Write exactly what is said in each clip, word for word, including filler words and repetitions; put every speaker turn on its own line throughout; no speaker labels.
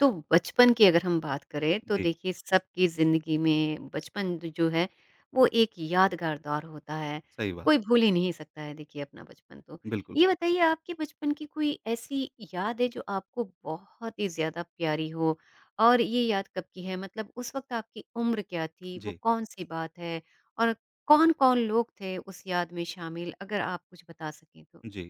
तो बचपन की अगर हम बात करें तो
जी,
देखिए सबकी ज़िंदगी में बचपन द जो है वो एक यादगार दौर होता है।
सही बात।
कोई भूल ही नहीं सकता है देखिए अपना बचपन तो।
बिल्कुल,
ये बताइए आपके बचपन की कोई ऐसी याद है जो आपको बहुत ही ज़्यादा प्यारी हो? और ये याद कब की है? मतलब उस वक़्त आपकी उम्र क्या थी? वो
जी।
कौन-सी बात है? और कौन-कौन लोग थे उस याद में शामिल? अगर आप कुछ बता सकें तो।
जी,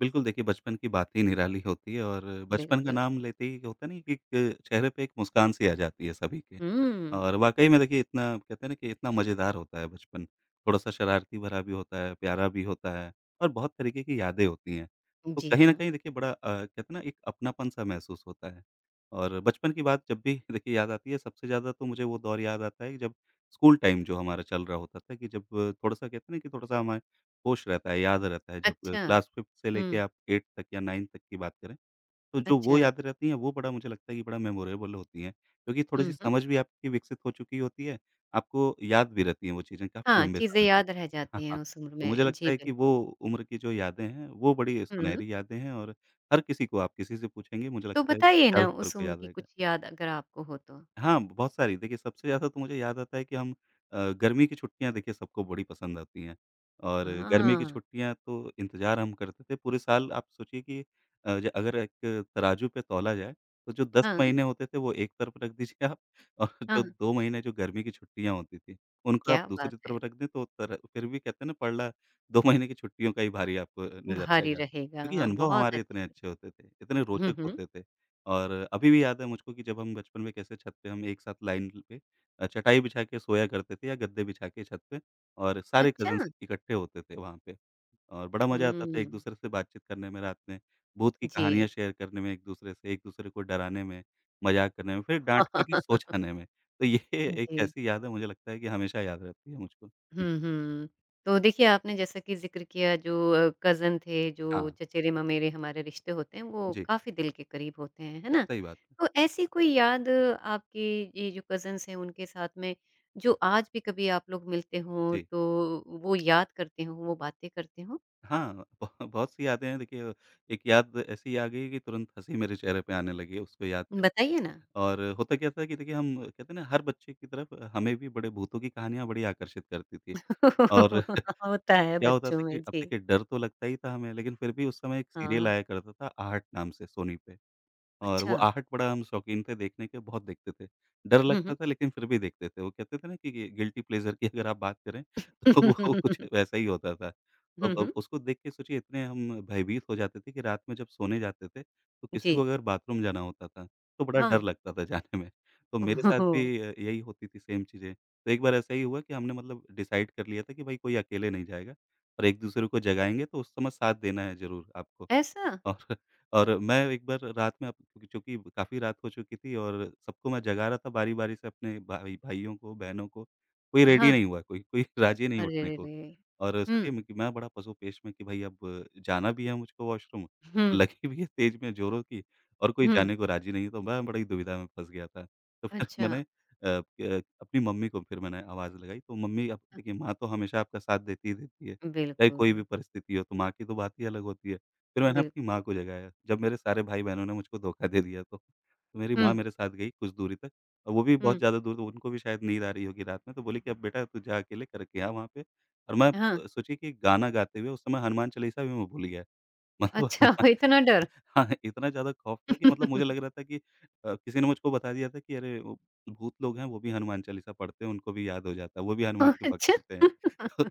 बिल्कुल देखिए बचपन की बात ही निराली होती है और बचपन का
बिल्कुल।
नाम लेते ही होता नहीं कि एक चेहरे पे एक मुस्कान सी आ जाती है सभी के।
हुँ।
और वाक़ई में देखिए इतना कहते हैं ना कि इतना मज़ेदार होता है बचपन, थोड़ा-सा शरारती भरा भी होता है, प्यारा भी होता है और बहुत तरीके की यादें होती हैं। तो
जी
कहीं न
हाँ।
कहीं देखिए बड़ा अ, कहते हैं ना एक अपनापन-सा महसूस होता है। और बचपन की बात जब भी देखिए याद आती है सबसे ज़्यादा तो मुझे वो दौर याद आता है जब स्कूल टाइम जो हमारा चल रहा होता था कि जब थोड़ा-सा कहते हैं ना कि थोड़ा-सा हमारे होश रहता है, याद रहता है जब
अच्छा।
क्लास फ़िफ़्थ से लेके
हुँ।
आप एटथ तक या नाइंथ तक की बात करें, तो जो वो
अच्छा।
याद रहती हैं, वो बड़ा मुझे लगता है कि बड़ा मेमोरेबल होती हैं, क्योंकि थोड़ी-सी
हुँ, हुँ।
समझ भी आपकी विकसित हो चुकी होती है, आपको याद भी रहती हैं वो चीज़ें काफ़ी
हाँ,
लंबे
चीज़ें
समय तक।
याद रह
हाँ,
जाती हैं
हाँ।
उस उम्र
तो मुझे
में।
लगता
जी,
है कि वो
बिल्कुल।
उम्र की जो यादें हैं, वो बड़ी
हुँ,
सुनहरी यादें हैं और हर किसी को आप किसी से पूछेंगे, मुझे
तो
लगता है कि
बताइए ना
ज़्यादातर
उस
को
उम्र
याद
की
रहेगा।
कुछ याद अगर आपको हो तो?
हाँ, बहुत सारी। देखिए, सबसे ज़्यादा तो मुझे याद आता है कि हम अ, गर्मी की छुट्टियाँ देखिए सबको बड़ी पसंद आती हैं और गर्मी की
हाँ,
छुट्टियाँ तो इंतज़ार हम करते थे पूरे साल। आप सोचिए कि अ, ज अगर एक तराजू पे तौला जाए, तो जो दस
हाँ,
महीने होते थे वो एक तरफ रख दीजिए आप और जो
हाँ।
दो महीने जो गर्मी की छुट्टियाँ होती थी, उनको आप
क्या बात
दूसरी
है!
तरफ रख दें तो तर फिर भी कहते हैं ना पड़ला दो महीने की छुट्टियों का ही भारी आपको नज़र
भारी
आएगा। क्योंकि
रहेगा,
अनुभव
बहुत
हमारे इतने
अच्छे।
अच्छे होते थे, इतने
हुँ,
रोचक
हुँ।
होते थे। और अभी भी याद है मुझको कि जब हम बचपन में कैसे छत पे हम एक साथ लाइन ल पे अ, चटाई बिछा के सोया करते थे या गद्दे बिछा के छत पे और सारे कज़िन्स
अच्छा!
इकट्ठे होते थे वहाँ पे। और बड़ा मज़ा आता था
हुँ,
एक-दूसरे से बातचीत करने में रात में, भूत की
जी।
कहानियाँ शेयर करने में एक-दूसरे से, एक-दूसरे को डराने में, मज़ाक करने में, फिर डाँट खा के सो जाने में। तो ये एक
जी।
ऐसी याद है मुझे लगता है कि हमेशा याद रहती है मुझको। जी।
हुँ, हुँ। तो देखिए, आपने जैसा कि ज़िक्र किया जो अ, कज़न थे, जो
हाँ।
चचेरे-ममेरे हमारे रिश्ते होते हैं, वो
जी,
काफ़ी दिल के करीब होते हैं, है ना?
सही बात है।
तो ऐसी कोई याद अ, आपकी ये जो कज़न्स हैं, उनके साथ में जो आज भी कभी आप लोग मिलते हों,
जी।
तो वो याद करते हों, वो बातें करते हों?
हाँ, बहु बहुत सी यादें हैं देखिए, एक याद ऐसी आ गई कि तुरंत हँसी मेरे चेहरे पे आने लगी उसको याद करके।
बताइए ना।
और होता क्या था कि देखिए हम कहते हैं ना हर बच्चे की तरफ हमें भी बड़े भूतों की कहानियाँ बड़ी आकर्षित करती थी। और
होता है
क्या होता
बच्चों
था कि
में,
अब
जी।
देखिए डर तो लगता ही था हमें लेकिन फिर भी उस समय एक सीरियल
हाँ।
आया करता था आहट नाम से सोनी पे। और
अच्छा।
वो आहट बड़ा हम शौकीन थे देखने के, बहुत देखते थे। डर
हुँ,
लगता
हुँ।
था लेकिन फिर भी देखते थे। वो कहते थे ना कि गिल्टी प्लेज़र की अगर आप बात करें तो वो कुछ वैसा ही होता था।
हुँ,
अब
हुँ।
अब उसको देख के सोचिए इतने हम भयभीत हो जाते थे कि रात में जब सोने जाते थे तो किसी को
जी।
अगर बाथरूम जाना होता था तो बड़ा
हाँ।
डर लगता था जाने में। तो मेरे
ओह
साथ
हो!
भी अ, यही होती थी सेम चीज़ें। तो एक बार ऐसा ही हुआ कि हमने मतलब डिसाइड कर लिया था कि भाई कोई अकेले नहीं जाएगा और एक-दूसरे को जगाएँगे तो उस समय साथ देना है ज़रूर आपको।
ऐसा?
और और मैं एक बार रात में अप चूँकि काफ़ी रात हो चुकी थी और सबको मैं जगा रहा था बारी-बारी से अपने भाई भाइयों को, बहनों को, कोई रेडी
हाँ।
नहीं हुआ, कोई कोई राज़ी नहीं
अरे
उठने
रे
को।
रे!
और
हुँ,
सोचिए मैं कि मैं बड़ा पसोपेश में कि भाई अब जाना भी है मुझको वॉशरूम,
हुँ,
लगी भी है तेज़ में ज़ोरों की और कोई
हुँ,
जाने को राज़ी नहीं है, तो मैं बड़ी दुविधा में फँस गया था। तो फिर
अच्छा।
मैंने अ, क अपनी मम्मी को फिर मैंने आवाज़ लगाई, तो मम्मी अब
अ,
देखिए माँ तो हमेशा आपका साथ देती ही देती है, चाहे कोई भी
बिल्कुल,
परिस्थिति हो, तो माँ की तो बात ही अलग होती है। फिर मैंने अपनी
बिल्कुल।
माँ को जगाया, जब मेरे सारे भाई-बहनों ने मुझको धोखा दे दिया तो। तो मेरी माँ
हुँ,
मेरे साथ गई कुछ दूरी तक और वो भी बहुत
हुँ,
ज़्यादा दूर तो उनको भी शायद नींद आ रही होगी रात में, तो बोली कि, "अब बेटा तू जा अकेले करके आ वहाँ पे।" और मैं
हाँ,
अ, सोचिए कि गाना गाते हुए उस समय हनुमान चालीसा भी मैं भूल गया। मतलब
अच्छा
हनुमान
इतना डर?
हाँ, इतना ज़्यादा खौफ़ था कि मतलब मुझे लग रहा था कि अ, किसी ने मुझको बता दिया था कि अरे, वो भूत लोग हैं वो भी हनुमान चालीसा पढ़ते हैं, उनको भी याद हो जाता है, वो भी हनुमान के भक्त
अच्छा,
होते हैं। तो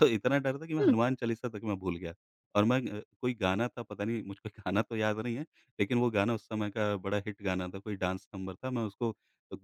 तो इतना डर था कि मैं
हुँ,
हनुमान चालीसा तक मैं भूल गया और मैं अ, कोई गाना था पता नहीं मुझको गाना तो याद नहीं है, लेकिन वो गाना उस समय का बड़ा हिट गाना था, कोई डांस नंबर था, मैं उसको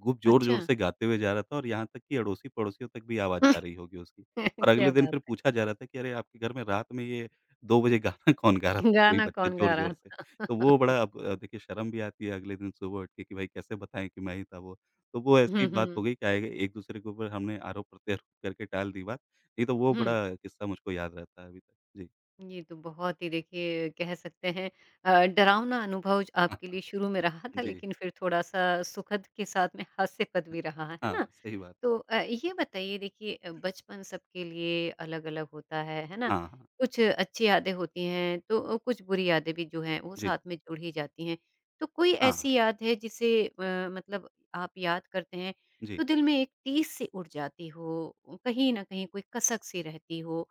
खूब
अच्छा।
जोर-जोर से गाते हुए जा रहा था और यहाँ तक कि अड़ोसी-पड़ोसियों तक भी आवाज़ जा रही होगी उसकी। और
क्या
अगले दिन
बात
फिर
है!
पूछा जा रहा था कि अरे! आपके घर में रात में ये दो बजे गाना कौन गा रहा था कोई
गाना
बच्चा
कौन गा रहा
जोर-जोर से?
था?
तो वो बड़ा अब अ, देखिए शर्म भी आती है अगले दिन सुबह उठ के कि भाई कैसे बताएँ कि मैं ही था वो? तो वो ऐसी
हुँ,
ही बात हो
हुँ,
गई कि आए एक-दूसरे के ऊपर हमने आरोप-प्रत्यारोप करके टाल दी बात, नहीं तो वो
हुँ।
बड़ा किस्सा मुझको याद रहता है अभी तक। जी।
ये तो बहुत ही देखिए कह सकते हैं अ, डरावना अनुभव ज- आपके लिए शुरू में रहा था
जी।
लेकिन फिर थोड़ा-सा सुखद के साथ में हास्यपद भी रहा, है
हाँ,
ना?
सही बात।
तो अ, ये बताइए देखिए अ, बचपन सबके लिए अलग-अलग होता है, है ना?
हाँ, हाँ।
कुछ अच्छी यादें होती हैं तो अ, कुछ बुरी यादें भी जो हैं वो
जी।
साथ में जुड़ ही जाती हैं। तो कोई
हाँ, हाँ।
ऐसी याद है जिसे अ, मतलब आप याद करते हैं
जी,
तो दिल में एक टीस सी उड़ जाती हो, कहीं न कहीं कोई कसक सी रहती हो,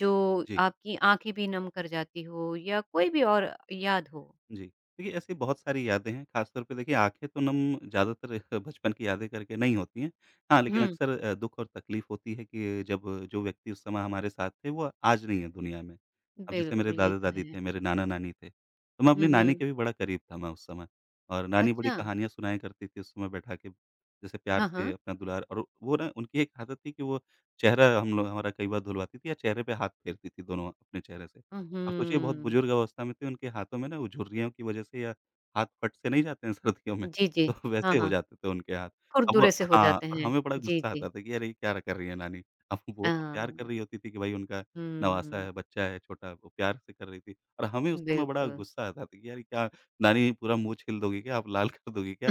जो
जी,
आपकी आँखें भी नम कर जाती हो या कोई भी और याद हो?
जी। देखिए, ऐसी बहुत सारी यादें हैं, ख़ासतौर पे देखिए आँखें तो नम ज़्यादातर बचपन की यादें करके नहीं होती हैं। हाँ, लेकिन
हुँ,
अक्सर अ, दुःख और तकलीफ़ होती है कि जब जो व्यक्ति उस समय हमारे साथ थे, वो आज नहीं है दुनिया में। अब जैसे
बिल्कुल
मेरे
ये तो
दादा-दादी
है।
थे, मेरे नाना-नानी थे, तो मैं
हुँ,
अपनी नानी
हुँ।
के भी बड़ा करीब था मैं उस समय और नानी बड़ी
अच्छा।
कहानियाँ सुनाया करती थी उस समय बैठा के, जैसे प्यार
हाँ,
से
हाँ।
अपना दुलार और वो ना उनकी एक आदत थी कि वो चेहरा हम लोग हमारा कई बार धुलवाती थी या चेहरे पे हाथ फेरती थी दोनों अपने चेहरे से। अब सोचिए बहुत
उहुँ।
बुजुर्ग अवस्था में थे, उनके हाथों में ना वो झुर्रियों की वजह से या हाथ फट से नहीं जाते हैं सर्दियों में,
जी, जी।
तो
हाँ,
वैसे हो
हाँ।
जाते थे उनके हाथ। अब
खुरदुरे
वो-
से हो
हाँ,
जाते
और
हैं।
हमें बड़ा
जी,
गुस्सा
जी।
आता था कि अरे ये क्या कर रही है नानी? अब वो तो प्यार कर
हाँ।
रही होती थी कि भाई उनका नवासा
हुँ,
है, बच्चा है छोटा, वो प्यार से कर रही थी और हमें उस समय बड़ा
बिल्कुल।
गुस्सा आता था कि यार ये क्या नानी पूरा मुँह छील दोगी क्या आप? लाल कर दोगी क्या?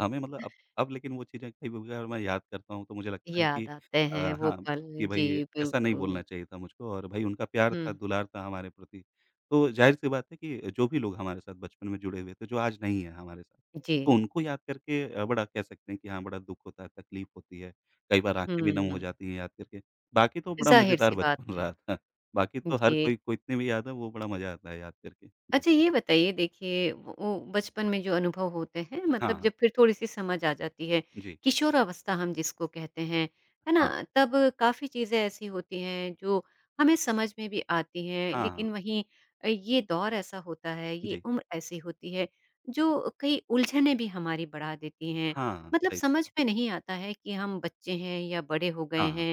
हमें मतलब अब अब लेकिन वो चीज़ें कई बार मैं याद करता हूँ तो मुझे लगता है कि
याद आते
अ,
हैं वो
हाँ,
पल।
कि
जी,
भई ऐसा नहीं
बिल्कुल।
बोलना चाहिए था मुझको और भई उनका प्यार था,
हुँ,
दुलार था हमारे प्रति। तो ज़ाहिर-सी बात है कि जो भी लोग हमारे साथ बचपन में जुड़े हुए थे, जो आज नहीं है हमारे साथ,
जी।
तो उनको याद करके अ, बड़ा कह सकते हैं कि हाँ, बड़ा दुःख होता है, तकलीफ़ होती है। कई बार आँखें भी नम हो
हुँ,
जाती हैं याद करके। बाकी तो बड़ा
ज़ाहिर-सी
मज़ेदार
बात
बचपन
है।
रहा था। बाकी तो हर
जी।
कोई को इतनी भी याद है, वो बड़ा मज़ा आता है याद करके। जी।
अच्छा ये बताइए देखिए वो वो बचपन में जो अनुभव होते हैं
हाँ,
मतलब
हाँ।
जब फिर थोड़ी-सी समझ आ जाती है,
जी।
किशोरावस्था हम जिसको कहते हैं, है
हाँ।
ना? तब काफ़ी चीज़ें ऐसी होती हैं जो हमें समझ में भी आती हैं,
हाँ, हाँ।
लेकिन वहीं अ, ये दौर ऐसा होता है, ये
जी।
उम्र ऐसी होती है जो कई उलझनें भी हमारी बढ़ा देती हैं।
हाँ,
मतलब
सही बात।
समझ में नहीं आता है कि हम बच्चे हैं या बड़े हो
हाँ,
गए
हाँ।
हैं,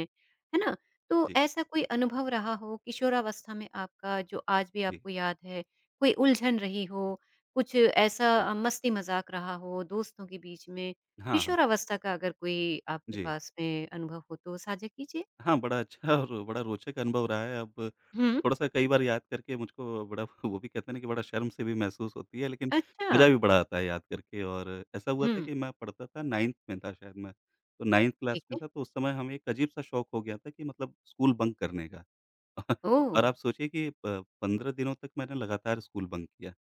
है ना? तो
जी,
ऐसा कोई अनुभव रहा हो किशोरावस्था में आपका जो आज भी
जी,
आपको याद है? कोई उलझन रही हो, कुछ ऐसा
जी।
अ, मस्ती मज़ाक रहा हो दोस्तों के बीच में,
हाँ, हाँ।
किशोरावस्था का अगर कोई आपके
जी।
पास में अनुभव हो तो साझा कीजिए?
हाँ, बड़ा अच्छा और बड़ा रोचक अनुभव रहा है। अब
हुँ।
थोड़ा-सा कई बार याद करके मुझको बड़ा वो भी कहते हैं ना कि बड़ा शर्म सी भी महसूस होती है, लेकिन
अच्छा।
मज़ा भी बड़ा आता है याद करके। और ऐसा हुआ था
हुँ,
कि मैं पढ़ता था नाइंथ में था शायद मैं। तो नाइंथ
ठीक
क्लास में
है।
था तो उस समय हमें एक अजीब-सा शौक हो गया था कि मतलब स्कूल बंक करने का।
ओह!
और आप सोचिए कि प पंद्रह दिनों तक मैंने लगातार स्कूल बंक किया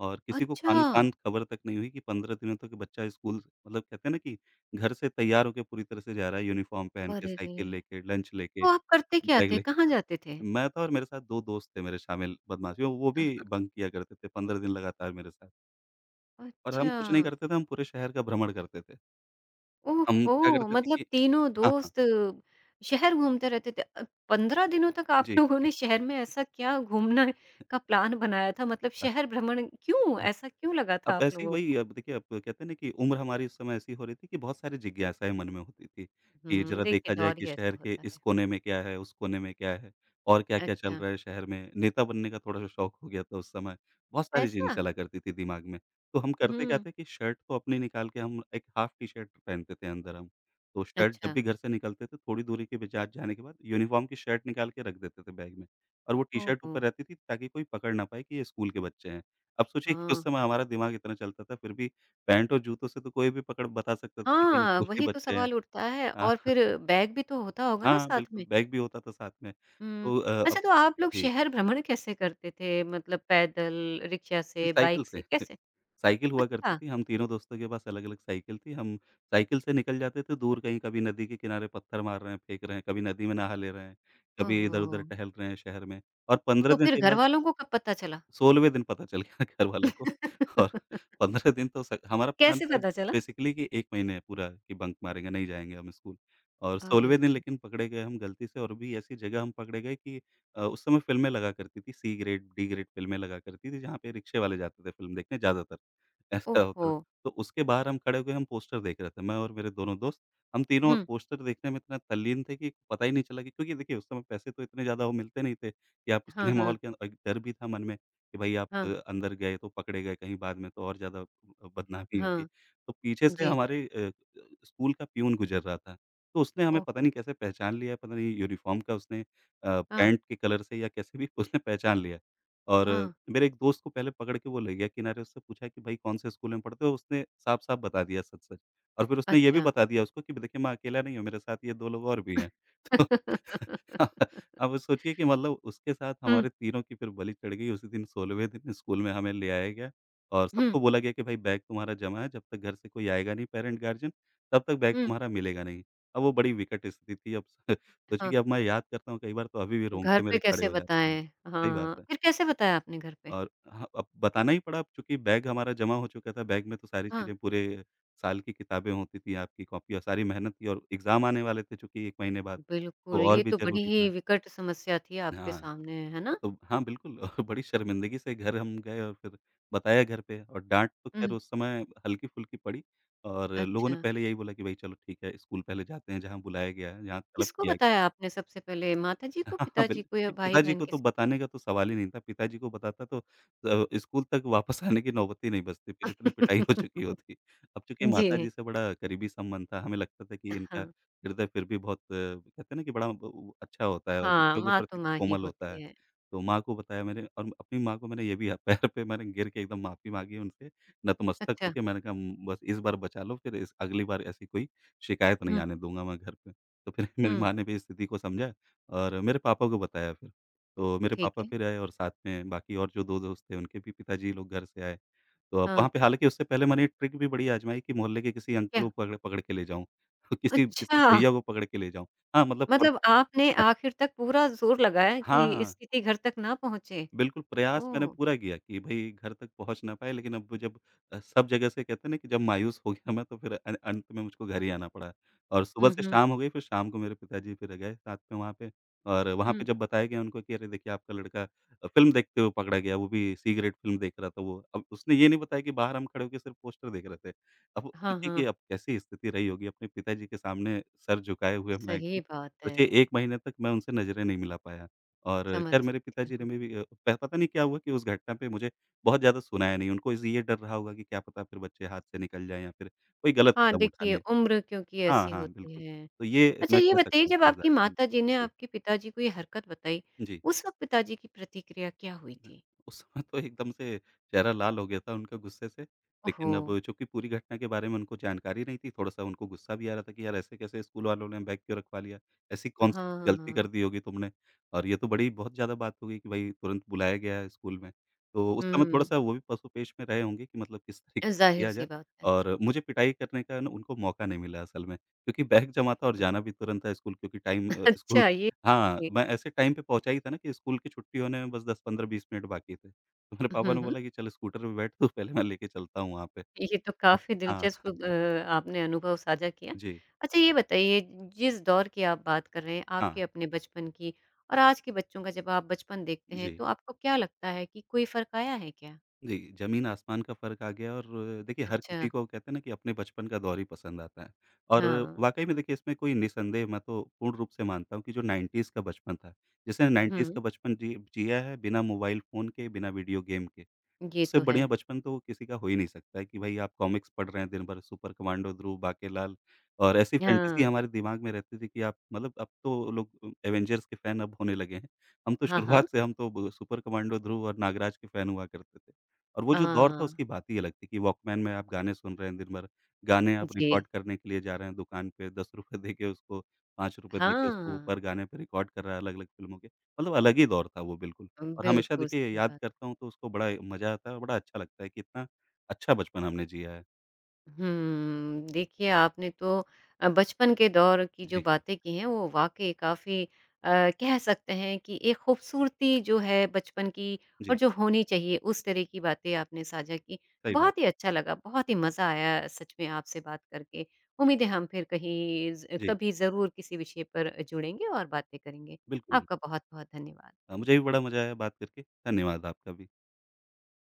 और किसी को
अच्छा।
कानो-कान खबर तक नहीं हुई कि पंद्रह दिनों तक बच्चा स्कूल मतलब कहते हैं ना कि घर से तैयार होके पूरी तरह से जा रहा है यूनिफ़ॉर्म पहन के,
अरे रे!
साइकिल लेके, लंच लेके,
तो आप करते क्या
बैग
थे? कहाँ
लेके।
जाते थे?
मैं था और मेरे साथ दो दोस्त थे मेरे शामिल बदमाशियों, वो
अ,
भी
हाँ।
बंक किया करते थे पंद्रह दिन लगातार मेरे साथ। और हम कुछ नहीं
अच्छा।
करते थे, हम पूरे शहर का भ्रमण करते थे। हम
ओहो!
क्या करते थे
मतलब
कि
तीनों
हाँ, हाँ।
दोस्त शहर घूमते रहते थे। अ, पंद्रह दिनों तक आप
जी।
लोगों
जी,
ने शहर में ऐसा क्या घूमना का प्लान बनाया था? मतलब
हाँ,
शहर भ्रमण क्यों? ऐसा क्यों लगा था
अब
आप
ऐसे ही
लोगों
वही।
को?
अब देखिए, अब कहते हैं ना कि उम्र हमारी उस समय ऐसी हो रही थी कि बहुत सारी जिज्ञासाएँ मन में होती थी, कि
हुँ,
ज़रा
देखिए
देखा जाए
दौर ही
कि शहर
ऐसा
के
होता
इस
है।
कोने में क्या है, उस कोने में क्या है और क्या-क्या चल
अच्छा,
रहा है शहर में। नेता बनने का थोड़ा-सा शौक हो गया था उस समय, बहुत सारी चीज़ें
ऐसा?
चला करती थी दिमाग में। तो हम करते क्या
हुँ,
थे कि शर्ट तो अपनी निकाल के हम एक हाफ टी शर्ट पहनते थे अंदर हम। तो शर्ट जब
अच्छा।
भी घर से निकलते थे, थोड़ी दूरी के बजाज जाने के बाद यूनिफ़ॉर्म की शर्ट निकाल के रख देते थे बैग में, और वो टी शर्ट
ओहो!
ऊपर रहती थी ताकि कोई पकड़ ना पाए कि ये स्कूल के बच्चे हैं। अब सोचिए कि
हाँ।
उस समय हमारा दिमाग इतना चलता था, फिर भी पैंट और जूतों से तो कोई भी पकड़ बता सकता था कि भाई
हाँ,
स्कूल के
वही तो
बच्चे हैं।
सवाल उठता है और
अ,
फिर बैग भी तो होता होगा ना
हाँ,
साथ में?
बिल्कुल बैग भी होता था साथ में।
हुँ।
तो अ,
अच्छा
अब
तो आप लोग
जी,
शहर भ्रमण कैसे करते थे? मतलब पैदल, रिक्शा
नहीं,
से,
साइकिल
बाइक से,
से।
कैसे?
साइकिल हुआ करती
अच्छा।
थी, हम तीनों दोस्तों के पास अलग-अलग साइकिल थी। हम साइकिल से निकल जाते थे दूर कहीं, कभी नदी के किनारे पत्थर मार रहे हैं, फेंक रहे हैं, कभी नदी में नहा ले रहे हैं, कभी
ओहो!
इधर-उधर टहल रहे हैं शहर में। और पंद्रह
तो
दिन
फिर
के बाद
घरवालों को कब पता चला?
सोलहवें दिन पता चल गया घरवालों को। और पंद्रह दिन तो स हमारा प्लान
कैसे
था
पता चला?
बेसिकली कि एक महीने है पूरा कि बंक मारेंगे, नहीं जाएँगे हम स्कूल। और
अरे
16वें
रे
दिन
रे!
लेकिन पकड़े गए हम गलती से, और भी ऐसी जगह हम पकड़े गए कि अ, उस समय फ़िल्में लगा करती थी, सी ग्रेड, डी ग्रेड फ़िल्में लगा करती थी, जहाँ पे रिक्शे वाले जाते थे फ़िल्म देखने ज़्यादातर। ऐसा
ओहो!
होता था। तो उसके बाहर हम खड़े हो गए, हम पोस्टर देख रहे थे, मैं और मेरे दोनों दोस्त। हम तीनों
हुँ।
पोस्टर देखने में इतना तल्लीन थे कि पता ही नहीं चला कि, क्योंकि देखिए, उस समय पैसे तो इतने ज़्यादा वो मिलते नहीं थे कि आप
हाँ,
सिनेमा
हाँ,
हॉल के अंदर, और डर भी था मन में कि भाई आप
हाँ,
अंदर गए तो पकड़े गए कहीं बाद में, तो और ज़्यादा अ, बदनामी होगी।
हाँ।
तो पीछे से
जी।
हमारे अ अ, स्कूल का पियून गुज़र रहा था, तो उसने हमें पता
ओहो!
नहीं कैसे पहचान लिया, पता नहीं यूनिफ़ॉर्म का उसने अ,
हाँ,
पैंट के कलर से, या कैसे भी उसने पहचान लिया। और
हाँ।
मेरे एक दोस्त को पहले पकड़ के वो ले गया किनारे, उससे पूछा कि भाई कौन से स्कूल में पढ़ते हो? उसने साफ-साफ बता दिया सच-सच, और फिर उसने ये भी
अच्छा।
बता दिया उसको कि देखिए मैं अकेला नहीं हूँ, मेरे साथ ये दो लोग और भी हैं। तो अब वो सोचिए कि मतलब उसके साथ
हुँ,
हमारे तीनों की फिर बलि चढ़ गई। उसी दिन सोलहवें दिन स्कूल में हमें ले आया गया, और
हुँ,
सबको बोला गया कि भाई बैग तुम्हारा जमा है, जब तक घर से कोई आएगा नहीं पेरेंट गार्जियन, तब तक बैग
हुँ।
तुम्हारा मिलेगा नहीं। अब वो बड़ी विकट स्थिति थी अब। सोचिए
हाँ,
कि अब मैं याद करता हूँ कई बार तो अभी भी
घर
रोंगटे
पे
मेरे खड़े
कैसे
हो जाते हैं।
बताएँ?
सही बात
हाँ,
है।
फिर कैसे बताया आपने घर पे?
और हाँ, अब बताना ही पड़ा अब, चूँकि बैग हमारा जमा हो चुका था, बैग में तो सारी
हाँ,
चीज़ें, पूरे साल की किताबें होती थी, आपकी कॉपी और सारी मेहनत थी, और एग्ज़ाम आने वाले थे चूँकि एक महीने बाद,
बिल्कुल,
तो और
ये
भी
तो बड़ी
ज़रूरी
ही
था।
विकट समस्या थी आपके
हाँ,
सामने, है ना?
तो हाँ, बिल्कुल। और बड़ी शर्मिंदगी से घर हम गए, और फिर बताया घर पे, और डाँट तो ख़ैर
हुँ,
उस समय हल्की-फुल्की पड़ी, और लोगों ने
अच्छा।
पहले यही बोला कि भई चलो ठीक है, स्कूल पहले जाते हैं जहाँ बुलाया गया है, जहाँ तलब
किसको
किया।
बताया आपने सबसे पहले माताजी को,
हाँ, हाँ, बिल
पिताजी को या
नहीं, पिताजी को
भाई-बहन
तो
किस
बताने का तो सवाल ही नहीं था। पिताजी को बताता तो अ, स्कूल तक वापस आने की नौबत ही नहीं बचती, फिर इतनी पिटाई हो चुकी होती। अब चूँकि
जी।
माताजी से बड़ा करीबी संबंध था, हमें लगता था कि
हाँ,
इनका हृदय फिर भी बहुत अ, कहते हैं ना कि बड़ा ब अच्छा होता है, और
हाँ,
बच्चों के
माँ तो
प्रति तो
माँ ही
कोमल होता
होती
है।
है।
तो माँ को बताया मैंने, और अपनी माँ को मैंने ये भी पैर पे मैंने गिर के एकदम माफ़ी माँगी उनसे, नतमस्तक
अच्छा,
होके मैंने कहा, उम, बस इस बार बचा लो, फिर इस अगली बार ऐसी कोई शिकायत नहीं
हुँ,
आने दूँगा मैं घर पे। तो फिर मेरी
हुँ,
माँ ने भी इस स्थिति को समझा, और मेरे पापा को बताया फिर। तो मेरे
ठीक
पापा
है,
फिर आए, और साथ में बाकी और जो दो दोस्त थे उनके भी पिताजी लोग घर से आए। तो अब
हाँ,
वहाँ पे, हालाँकि उससे पहले मैंने एक ट्रिक भी बड़ी आज़माई कि मोहल्ले के किसी अंकल को
क्या?
पकड़ पकड़ के ले जाऊँ, किसी किसी
अच्छा,
भैया को पकड़ के ले जाऊँ। हाँ, मतलब पर
मतलब आपने आखिर तक पूरा ज़ोर लगाया
हाँ, हाँ।
कि
हाँ।
स्थिति घर तक ना पहुँचे।
बिल्कुल, प्रयास मैंने
ओह!
पूरा किया कि भई घर तक पहुँच ना पाए, लेकिन अब वो जब अ, सब जगह से, कहते हैं ना कि जब मायूस हो गया मैं, तो फिर अ, अंत में मुझको घर ही आना पड़ा। और सुबह
हुँ,
से
हुँ,
शाम हो गई, फिर शाम को मेरे पिताजी फिर गए साथ में वहाँ पे, और वहाँ पे
हुँ,
जब बताया गया उनको कि अरे देखिए आपका लड़का अ, फ़िल्म देखते हुए पकड़ा गया, वो भी सिगरेट फ़िल्म देख रहा था वो। अब उसने ये नहीं बताया कि बाहर हम खड़े होके सिर्फ़ पोस्टर देख रहे थे। अब
हाँ,
सोचिए कि
हाँ,
अब कैसी स्थिति रही होगी अपने पिताजी के सामने। सर झुकाए हुए मैं,
सही
एकदम
बात
सोचिए,
है,
एक महीने तक मैं उनसे नज़रें नहीं मिला पाया। और
समझ
ख़ैर मेरे
सकती
पिताजी
हूँ।
ने भी अ, प पता नहीं क्या हुआ कि उस घटना पे मुझे बहुत ज़्यादा सुनाया नहीं। उनको इस ये डर रहा होगा कि क्या पता फिर बच्चे हाथ से निकल जाएँ, या फिर कोई गलत
हाँ,
कदम उठा
देखिए
लें।
उम्र क्योंकि
हाँ,
ऐसी
हाँ,
होती
बिल्कुल।
है।
तो ये
अच्छा
मैं
ये
कह
बताइए
सकता हूँ
जब आपकी
समझदारी थी।
माताजी ने
जी।
आपके पिताजी को ये हरकत बताई,
जी।
उस वक़्त पिताजी की प्रतिक्रिया क्या हुई
हुँ,
थी?
उस समय तो एकदम से चेहरा लाल हो गया था उनका गुस्से से,
ओह हो!
लेकिन अब चूँकि पूरी घटना के बारे में उनको जानकारी नहीं थी, थोड़ा-सा उनको गुस्सा भी आ रहा था कि यार ऐसे कैसे, स्कूल वालों ने बैग क्यों रखवा लिया? ऐसी कौन-सी गलती कर
हाँ,
दी होगी तुमने? और ये तो बड़ी बहुत ज़्यादा बात हो गई कि भई तुरंत बुलाया गया है स्कूल में। तो उस समय
हुँ।
थोड़ा-सा वो भी पसोपेश में रहे होंगे कि मतलब किस तरीके से किया
ज़ाहिर-सी
जाए,
बात है।
और मुझे पिटाई करने का ना उनको मौका नहीं मिला असल में, क्योंकि बैग जमा था और जाना भी तुरंत था स्कूल, क्योंकि टाइम अ, स्कूल,
अच्छा ये
हाँ,
ये
मैं ऐसे टाइम पे पहुँचा ही था ना कि स्कूल की छुट्टी होने में बस दस पंद्रह-बीस मिनट बाकी थे। तो मेरे पापा
हुँ,
ने
हुँ।
बोला कि चल स्कूटर पे बैठ तू पहले, मैं लेके चलता हूँ वहाँ पे।
ये तो काफ़ी
हाँ,
दिलचस्प अ, आपने अनुभव साझा किया।
जी,
अच्छा ये बताइए जिस दौर की आप बात कर रहे हैं,
हाँ,
आपके अपने बचपन की और आज के बच्चों का जब आप बचपन देखते हैं,
जी,
तो आपको क्या लगता है कि कोई फ़र्क आया है क्या?
जी, ज़मीन आसमान का फ़र्क आ गया। और देखिए हर
अच्छा,
किसी को कहते हैं ना कि अपने बचपन का दौर ही पसंद आता है। और
हाँ।
वाक़ई में देखिए, इसमें कोई निसंदेह, मैं तो पूर्ण रूप से मानता हूँ कि जो नाइंटीज़ का बचपन था, जिसने नाइंटीज़
हुँ,
का बचपन जी जिया है बिना मोबाइल फ़ोन के, बिना वीडियो गेम के,
ये
उससे
तो है।
बढ़िया बचपन तो किसी का हो ही नहीं सकता है कि भाई आप कॉमिक्स पढ़ रहे हैं दिन भर, सुपर कमांडो, ध्रुव, बाकेलाल, और ऐसी फैंटेसी
हाँ।
हमारे दिमाग में रहती थी कि आप, मतलब अब तो लोग अ, एवेंजर्स के फ़ैन अब होने लगे हैं। हम तो
हाँ, हाँ।
शुरुआत से, हम तो ब सुपर कमांडो, ध्रुव और नागराज के फ़ैन हुआ करते थे। और वो जो दौर था
हाँ,
उसकी बात ही अलग थी कि वॉकमैन में आप गाने सुन रहे हैं दिन भर, गाने आप
जी।
रिकॉर्ड करने के लिए जा रहे हैं दुकान पे, ₹दस रुपए दे के उसको, ₹पाँच रुपए दे के उसको,
हाँ,
ऊपर गाने पे रिकॉर्ड कर रहा है अलग-अलग फ़िल्मों के, मतलब अलग ही दौर था वो बिल्कुल। और हमेशा
बिल्कुल
देखिए
सही
याद
बात।
करता हूँ तो उसको बड़ा मज़ा आता है, और बड़ा अच्छा लगता है कि इतना अच्छा बचपन हमने जिया है।
हम्म, देखिए आपने तो अ, बचपन के दौर की जो
जी,
बातें की हैं वो वाक़ई काफ़ी अ, कह सकते हैं कि एक खूबसूरती जो है बचपन की और
जी,
जो होनी चाहिए उस तरह की बातें आपने साझा की।
सही बात है।
बहुत ही अच्छा लगा, बहुत ही मज़ा आया सच में आपसे बात करके। उम्मीद है हम फिर कहीं ज़
जी,
कभी ज़रूर किसी विषय पर जुड़ेंगे और बातें करेंगे।
बिल्कुल।
आपका बहुत-बहुत धन्यवाद।
अ, मुझे भी बड़ा मज़ा आया बात करके। धन्यवाद आपका भी।